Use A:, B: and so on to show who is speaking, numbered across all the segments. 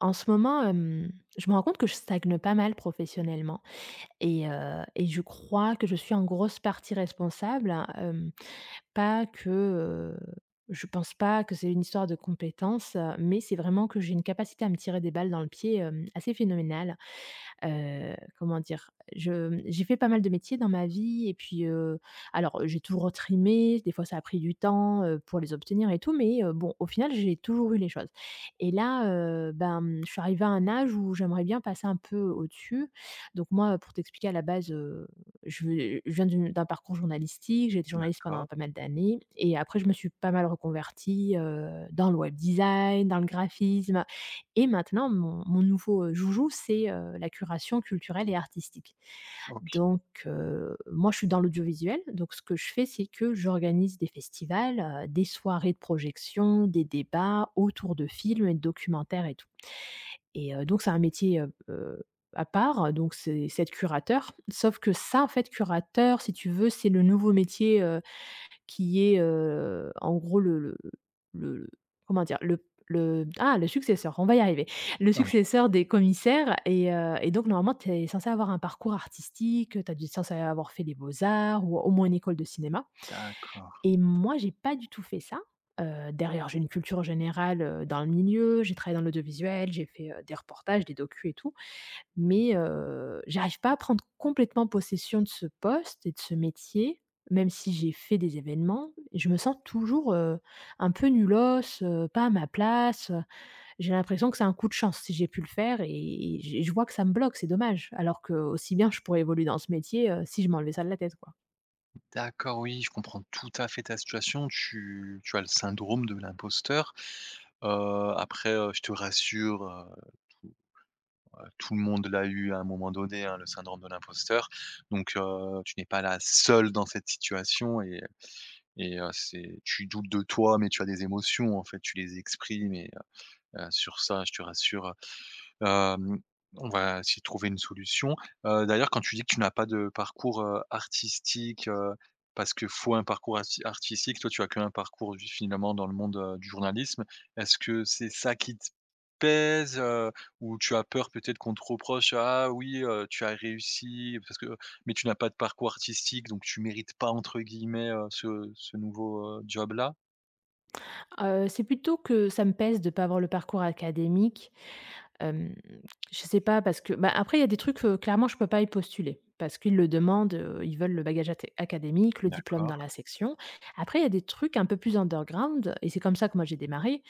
A: En ce moment, je me rends compte que je stagne pas mal professionnellement et je crois que je suis en grosse partie responsable, hein, pas que, je pense pas que c'est une histoire de compétences, mais c'est vraiment que j'ai une capacité à me tirer des balles dans le pied, assez phénoménale. Comment dire? Je j'ai fait pas mal de métiers dans ma vie et puis, alors j'ai toujours trimé, des fois ça a pris du temps, pour les obtenir et tout, mais, bon, au final, j'ai toujours eu les choses. Et là, ben, mmh, je suis arrivée à un âge où j'aimerais bien passer un peu au-dessus. Donc moi, pour t'expliquer, à la base, je viens d'un parcours journalistique, j'ai été journaliste pendant
B: D'accord,
A: pas mal d'années et après je me suis pas mal reconvertie, dans le web design, dans le graphisme, et maintenant mon nouveau, joujou, c'est, la curation culturelle et artistique.
B: OK.
A: Donc moi je suis dans l'audiovisuel, donc ce que je fais, c'est que j'organise des festivals, des soirées de projection, des débats autour de films et de documentaires et tout. Et donc c'est un métier, à part, donc c'est être curateur, sauf que ça, en fait, curateur, si tu veux, c'est le nouveau métier, qui est, en gros le comment dire? Le successeur, on va y arriver. Le
B: Oui,
A: successeur des commissaires et donc normalement tu es censé avoir un parcours artistique, tu as dû censé avoir fait les beaux-arts ou au moins une école de cinéma
B: d'accord.
A: et moi j'ai pas du tout fait ça. Derrière j'ai une culture générale, dans le milieu, j'ai travaillé dans l'audiovisuel, j'ai fait, des reportages, des docus et tout mais j'arrive pas à prendre complètement possession de ce poste et de ce métier, même si j'ai fait des événements. Je me sens toujours, un peu nulos, pas à ma place, J'ai l'impression que c'est un coup de chance si j'ai pu le faire et et je vois que ça me bloque, c'est dommage. Alors que aussi bien je pourrais évoluer dans ce métier, si je m'enlevais ça de la tête, quoi.
B: D'accord, oui, je comprends tout à fait ta situation. Tu as le syndrome de l'imposteur. Je te rassure, tout, tout le monde l'a eu à un moment donné, hein, le syndrome de l'imposteur. Donc, tu n'es pas la seule dans cette situation et c'est tu doutes de toi, mais tu as des émotions, en fait, tu les exprimes et sur ça, je te rassure. Hem, on va essayer de trouver une solution. D'ailleurs, quand tu dis que tu n'as pas de parcours, artistique, parce que faut un parcours artistique, toi, tu as qu'un parcours vi finalement dans le monde, du journalisme. Est-ce que c'est ça qui te pèse, ou tu as peur peut-être qu'on te reproche: «Ah oui, tu as réussi parce que mais tu n'as pas de parcours artistique, donc tu mérites pas entre guillemets, ce ce nouveau, job-là»?
A: C'est plutôt que ça me pèse de ne pas avoir le parcours académique. Hem, je sais pas parce que bah, après il y a des trucs, clairement je peux pas y postuler parce qu'ils le demandent, ils veulent le bagage até académique, le diplôme
B: D'accord.
A: dans la section. Après il y a des trucs un peu plus underground et c'est comme ça que moi j'ai démarré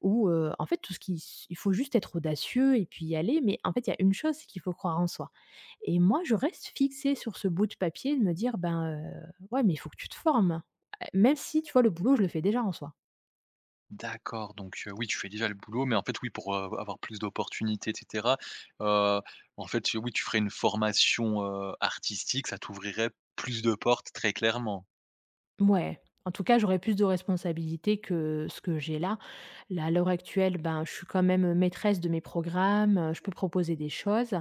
A: où, en fait tout ce qui s il faut juste être audacieux et puis y aller, mais en fait il y a une chose, c'est qu'il faut croire en soi et moi je reste fixée sur ce bout de papier de me dire: «Ben, ouais mais il faut que tu te formes». Même si tu vois le boulot je le fais déjà en soi.
B: D'accord, donc oui, tu fais déjà le boulot, mais en fait, oui, pour, avoir plus d'opportunités et cetera, heu, en fait, oui, tu ferais une formation, artistique, ça t'ouvrirait plus de portes, très clairement?
A: Ouais. En tout cas, j'aurais plus de responsabilités que ce que j'ai là. Là, à l'heure actuelle, ben, je suis quand même, maîtresse de mes programmes, je peux proposer des choses.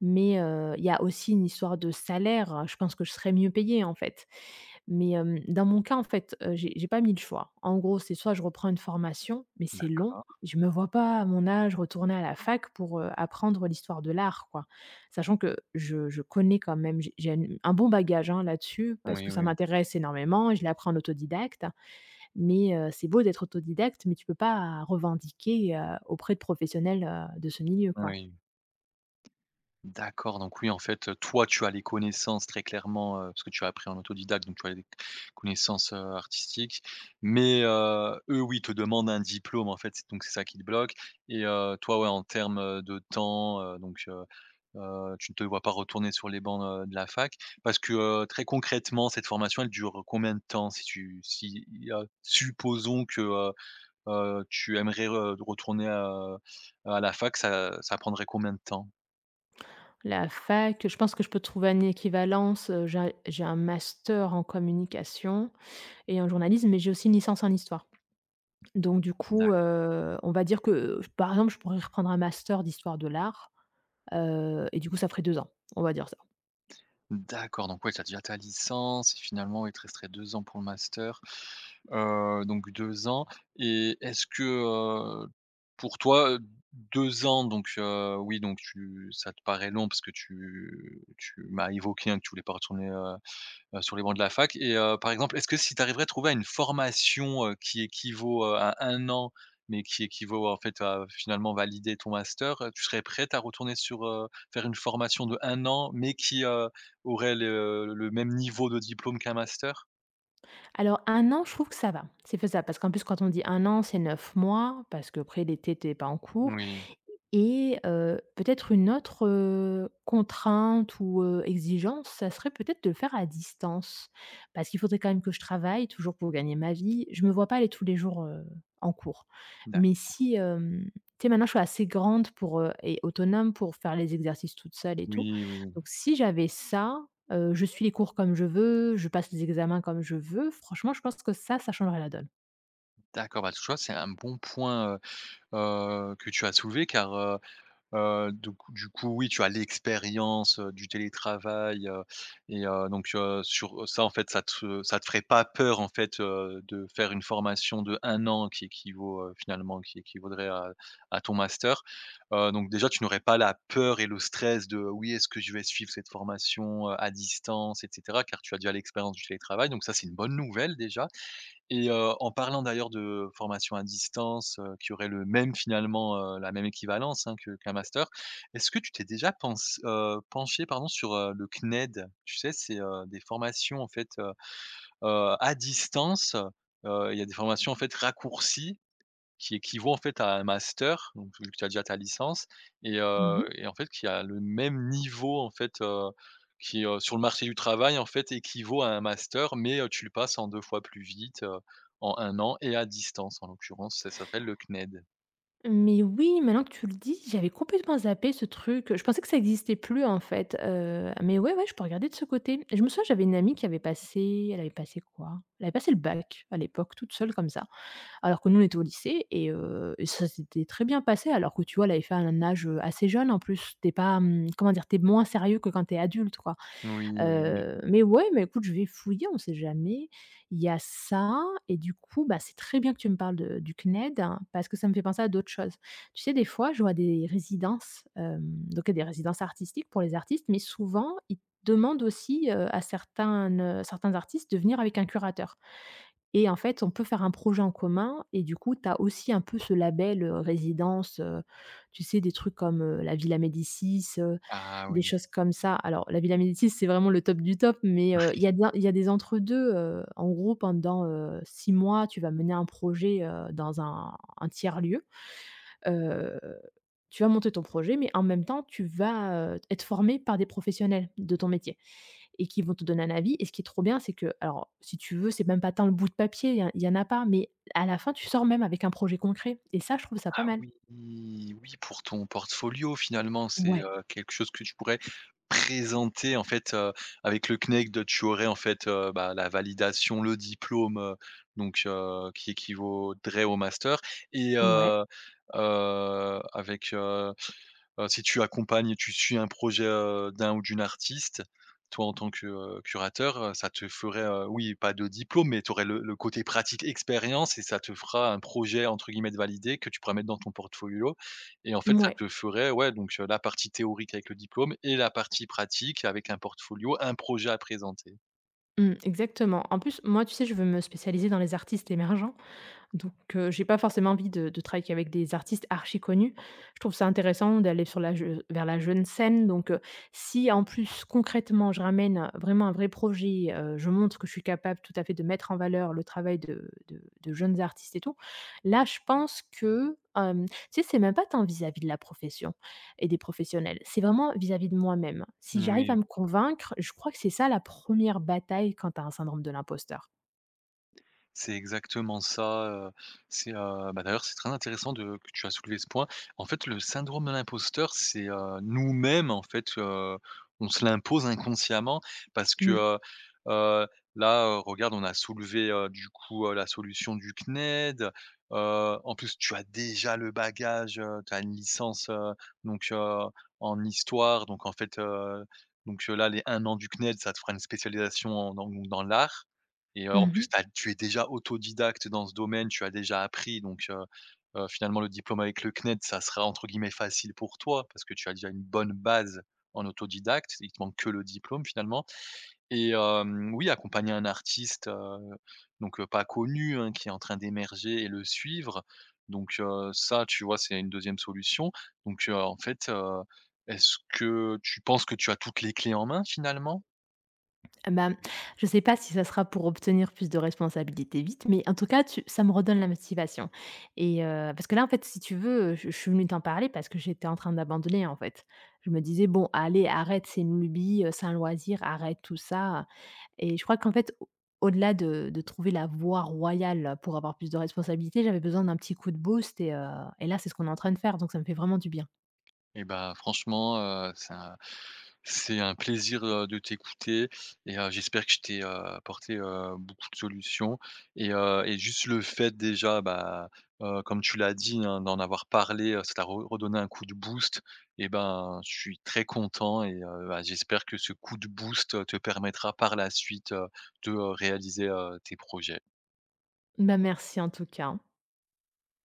A: Mais il y a aussi une histoire de salaire. Je pense que je serais mieux payée, en fait. Mais dans mon cas, en fait, j'ai pas 1000 choix. En gros, c'est soit je reprends une formation, mais c'est long.
B: D'accord.
A: Je me vois pas, à mon âge, retourner à la fac pour, apprendre l'histoire de l'art, quoi. Sachant que je connais quand même, j'ai une un bon bagage, hein, là-dessus, parce
B: Oui,
A: que ça
B: oui,
A: m'intéresse énormément et je l'apprends en autodidacte. Mais c'est beau d'être autodidacte, mais tu peux pas revendiquer, auprès de professionnels, de ce milieu, quoi.
B: oui. D'accord, donc oui, en fait, toi, tu as les connaissances très clairement, parce que tu as appris en autodidacte, donc tu as les connaissances, artistiques. Mais, eux, oui, te demandent un diplôme, en fait, c'est donc c'est ça qui te bloque et toi, ouais, en termes, de temps, tu ne te vois pas retourner sur les bancs, de la fac. Parce que, très concrètement, cette formation, elle dure combien de temps? Si tu si, Supposons que, tu aimerais re retourner, à la fac, ça prendrait combien de temps?
A: La fac, je pense que je peux trouver une équivalence, j'ai un master en communication et en journalisme, mais j'ai aussi une licence en histoire. Donc du coup, on va dire que, par exemple, je pourrais reprendre un master d'histoire de l'art, et du coup, ça ferait 2 ans, on va dire ça.
B: D'accord, donc ouais, tu as déjà ta licence et finalement, il te resterait 2 ans pour le master, donc 2 ans et est-ce que, pour toi, 2 ans donc oui, donc tu ça te paraît long parce que tu m'as évoqué, hein, que tu voulais pas retourner, sur les bancs de la fac et par exemple, est-ce que si tu arriverais à trouver une formation, qui équivaut, à un an, mais qui équivaut en fait à finalement valider ton master, tu serais prête à retourner sur, faire une formation de un an, mais qui, aurait le même niveau de diplôme qu'un master?
A: Alors un an, je trouve que ça va, c'est faisable parce qu'en plus, quand on dit un an, c'est 9 mois parce que après l'été, tu pas en cours.
B: Oui,
A: Et peut-être une autre, contrainte ou, exigence, ça serait peut-être de le faire à distance. Parce qu'il faudrait quand même que je travaille, toujours pour gagner ma vie. Je me vois pas aller tous les jours, en cours. Mais
B: d'accord.
A: si, tu sais, maintenant je suis assez grande pour, et autonome pour faire les exercices toute seule et tout.
B: Oui, oui,
A: Donc
B: oui.
A: si j'avais ça, je suis les cours comme je veux, je passe les examens comme je veux, franchement, je pense que ça changerait la donne.
B: D'accord, bah, tu vois, c'est un bon point, que tu as soulevé car, du coup, oui, tu as l'expérience, du télétravail, et donc sur ça, en fait, ça te ferait pas peur, en fait, de faire une formation de un an qui équivaut, finalement, qui équivaudrait à ton master. Donc déjà, tu n'aurais pas la peur et le stress de: «Oui, est-ce que je vais suivre cette formation, à distance?» et cetera, car tu as déjà l'expérience du télétravail, donc ça, c'est une bonne nouvelle déjà. Et en parlant d'ailleurs de formation à distance, qui aurait le même finalement, la même équivalence, hein, que qu'un master. Est-ce que tu t'es déjà pense penché pardon sur, le CNED? Tu sais, c'est, des formations en fait, à distance. Il y a des formations en fait raccourcies, qui équivaut en fait à un master, donc vu que tu as déjà ta licence et heu
A: Mmh.
B: et en fait qui a le même niveau en fait, qui, sur le marché du travail en fait équivaut à un master mais, tu le passes en 2 fois plus vite, en un an et à distance en l'occurrence, ça s'appelle le CNED.
A: Mais oui, maintenant que tu le dis, j'avais complètement zappé ce truc. Je pensais que ça existait plus en fait. Mais ouais, ouais, je peux regarder de ce côté. Et je me souviens, j'avais une amie qui avait passé quoi? Elle avait passé le bac à l'époque, toute seule comme ça. Alors que nous, on était au lycée et ça s'était très bien passé alors que tu vois, elle avait fait à un âge, assez jeune en plus. T'es pas, mmh, comment dire? T'es moins sérieux que quand t'es adulte quoi.
B: Oui, oui, oui.
A: Mais ouais, mais écoute, je vais fouiller, on sait jamais. Il y a ça et du coup, bah, c'est très bien que tu me parles de du CNED hein, parce que ça me fait penser à d'autres choses. Tu sais, des fois, je vois des résidences, donc des résidences artistiques pour les artistes, mais souvent, ils demandent aussi, à certains artistes de venir avec un curateur. Et en fait, on peut faire un projet en commun et du coup, tu as aussi un peu ce label, résidence, tu sais, des trucs comme, la Villa Médicis,
B: Ah
A: des
B: oui.
A: choses comme ça. Alors la Villa Médicis, c'est vraiment le top du top, mais, il y a bien il y a des entre 2 en gros pendant, 6 mois, tu vas mener un projet, dans un tiers lieu. Heu, Tu vas monter ton projet, mais en même temps, tu vas, être formé par des professionnels de ton métier et qui vont te donner un avis. Et ce qui est trop bien, c'est que, alors, si tu veux, c'est même pas tant le bout de papier, il y en a pas, mais à la fin, tu sors même avec un projet concret. Et ça, je trouve ça pas mal.
B: Oui, oui, pour ton portfolio finalement, c'est,
A: Ouais,
B: quelque chose que tu pourrais présenter en fait, avec le CNED, tu aurais en fait, bah, la validation, le diplôme, donc qui équivaudrait au master et
A: ouais.
B: heu heu, avec, heu si tu accompagnes tu suis un projet, d'un ou d'une artiste, toi en tant que, curateur, ça te ferait, oui, pas de diplôme, mais tu aurais le côté pratique expérience et ça te fera un projet entre guillemets «de validé» que tu pourras mettre dans ton portfolio et en fait ça
A: Ouais,
B: te ferait, ouais, donc la partie théorique avec le diplôme et la partie pratique avec un portfolio, un projet à présenter.
A: mmh, exactement. En plus, moi, tu sais, je veux me spécialiser dans les artistes émergents. Donc, j'ai pas forcément envie de travailler qu'avec des artistes archi connus. Je trouve ça intéressant d'aller sur la je vers la jeune scène. Donc, si en plus concrètement je ramène, vraiment un vrai projet, je montre que je suis capable tout à fait de mettre en valeur le travail de jeunes artistes et tout. Là, je pense que, tu sais, c'est même pas tant vis-à-vis de la profession et des professionnels, c'est vraiment vis-à-vis de moi-même. Si j'arrive
B: Oui.
A: à me convaincre, je crois que c'est ça la première bataille quand tu as un syndrome de l'imposteur.
B: C'est exactement ça, heu, c'est, bah, d'ailleurs, c'est très intéressant de que tu as soulevé ce point. En fait, le syndrome de l'imposteur, c'est, nous-mêmes, en fait, on se l'impose inconsciemment parce que,
A: Mmh.
B: heu, là, regarde, on a soulevé, du coup, la solution du CNED, en plus, tu as déjà le bagage, tu as une licence, donc en histoire, donc en fait, donc là, les un an du CNED, ça te fera une spécialisation en dans dans l'art. Et en plus,
A: Mmh.
B: tu es déjà autodidacte dans ce domaine, tu as déjà appris donc finalement le diplôme avec le CNED, ça sera entre guillemets «facile» pour toi parce que tu as déjà une bonne base en autodidacte. Il te manque que le diplôme finalement et oui, accompagner un artiste, donc pas connu, hein, qui est en train d'émerger et le suivre donc ça, tu vois, c'est une deuxième solution donc en fait, est-ce que tu penses que tu as toutes les clés en main finalement?
A: Ben, je sais pas si ça sera pour obtenir plus de responsabilités vite, mais en tout cas, tu ça me redonne la motivation parce que là, en fait, si tu veux, je suis venue t'en parler parce que j'étais en train d'abandonner, en fait. Je me disais: «Bon, allez, arrête, c'est une lubie, c'est un loisir, arrête tout ça» et je crois qu'en fait, au au-delà de trouver la voie royale pour avoir plus de responsabilités, j'avais besoin d'un petit coup de boost et là, c'est ce qu'on est en train de faire, donc ça me fait vraiment du bien.
B: Et bah, franchement, heu, c'est un c'est un plaisir, de t'écouter et j'espère que je t'ai, apporté, beaucoup de solutions et juste le fait déjà, bah, comme tu l'as dit, hein, d'en avoir parlé, ça t'a re redonné un coup de boost et ben, je suis très content et bah, j'espère que ce coup de boost, te permettra par la suite, de, réaliser, tes projets.
A: Ben, merci en tout cas, hein.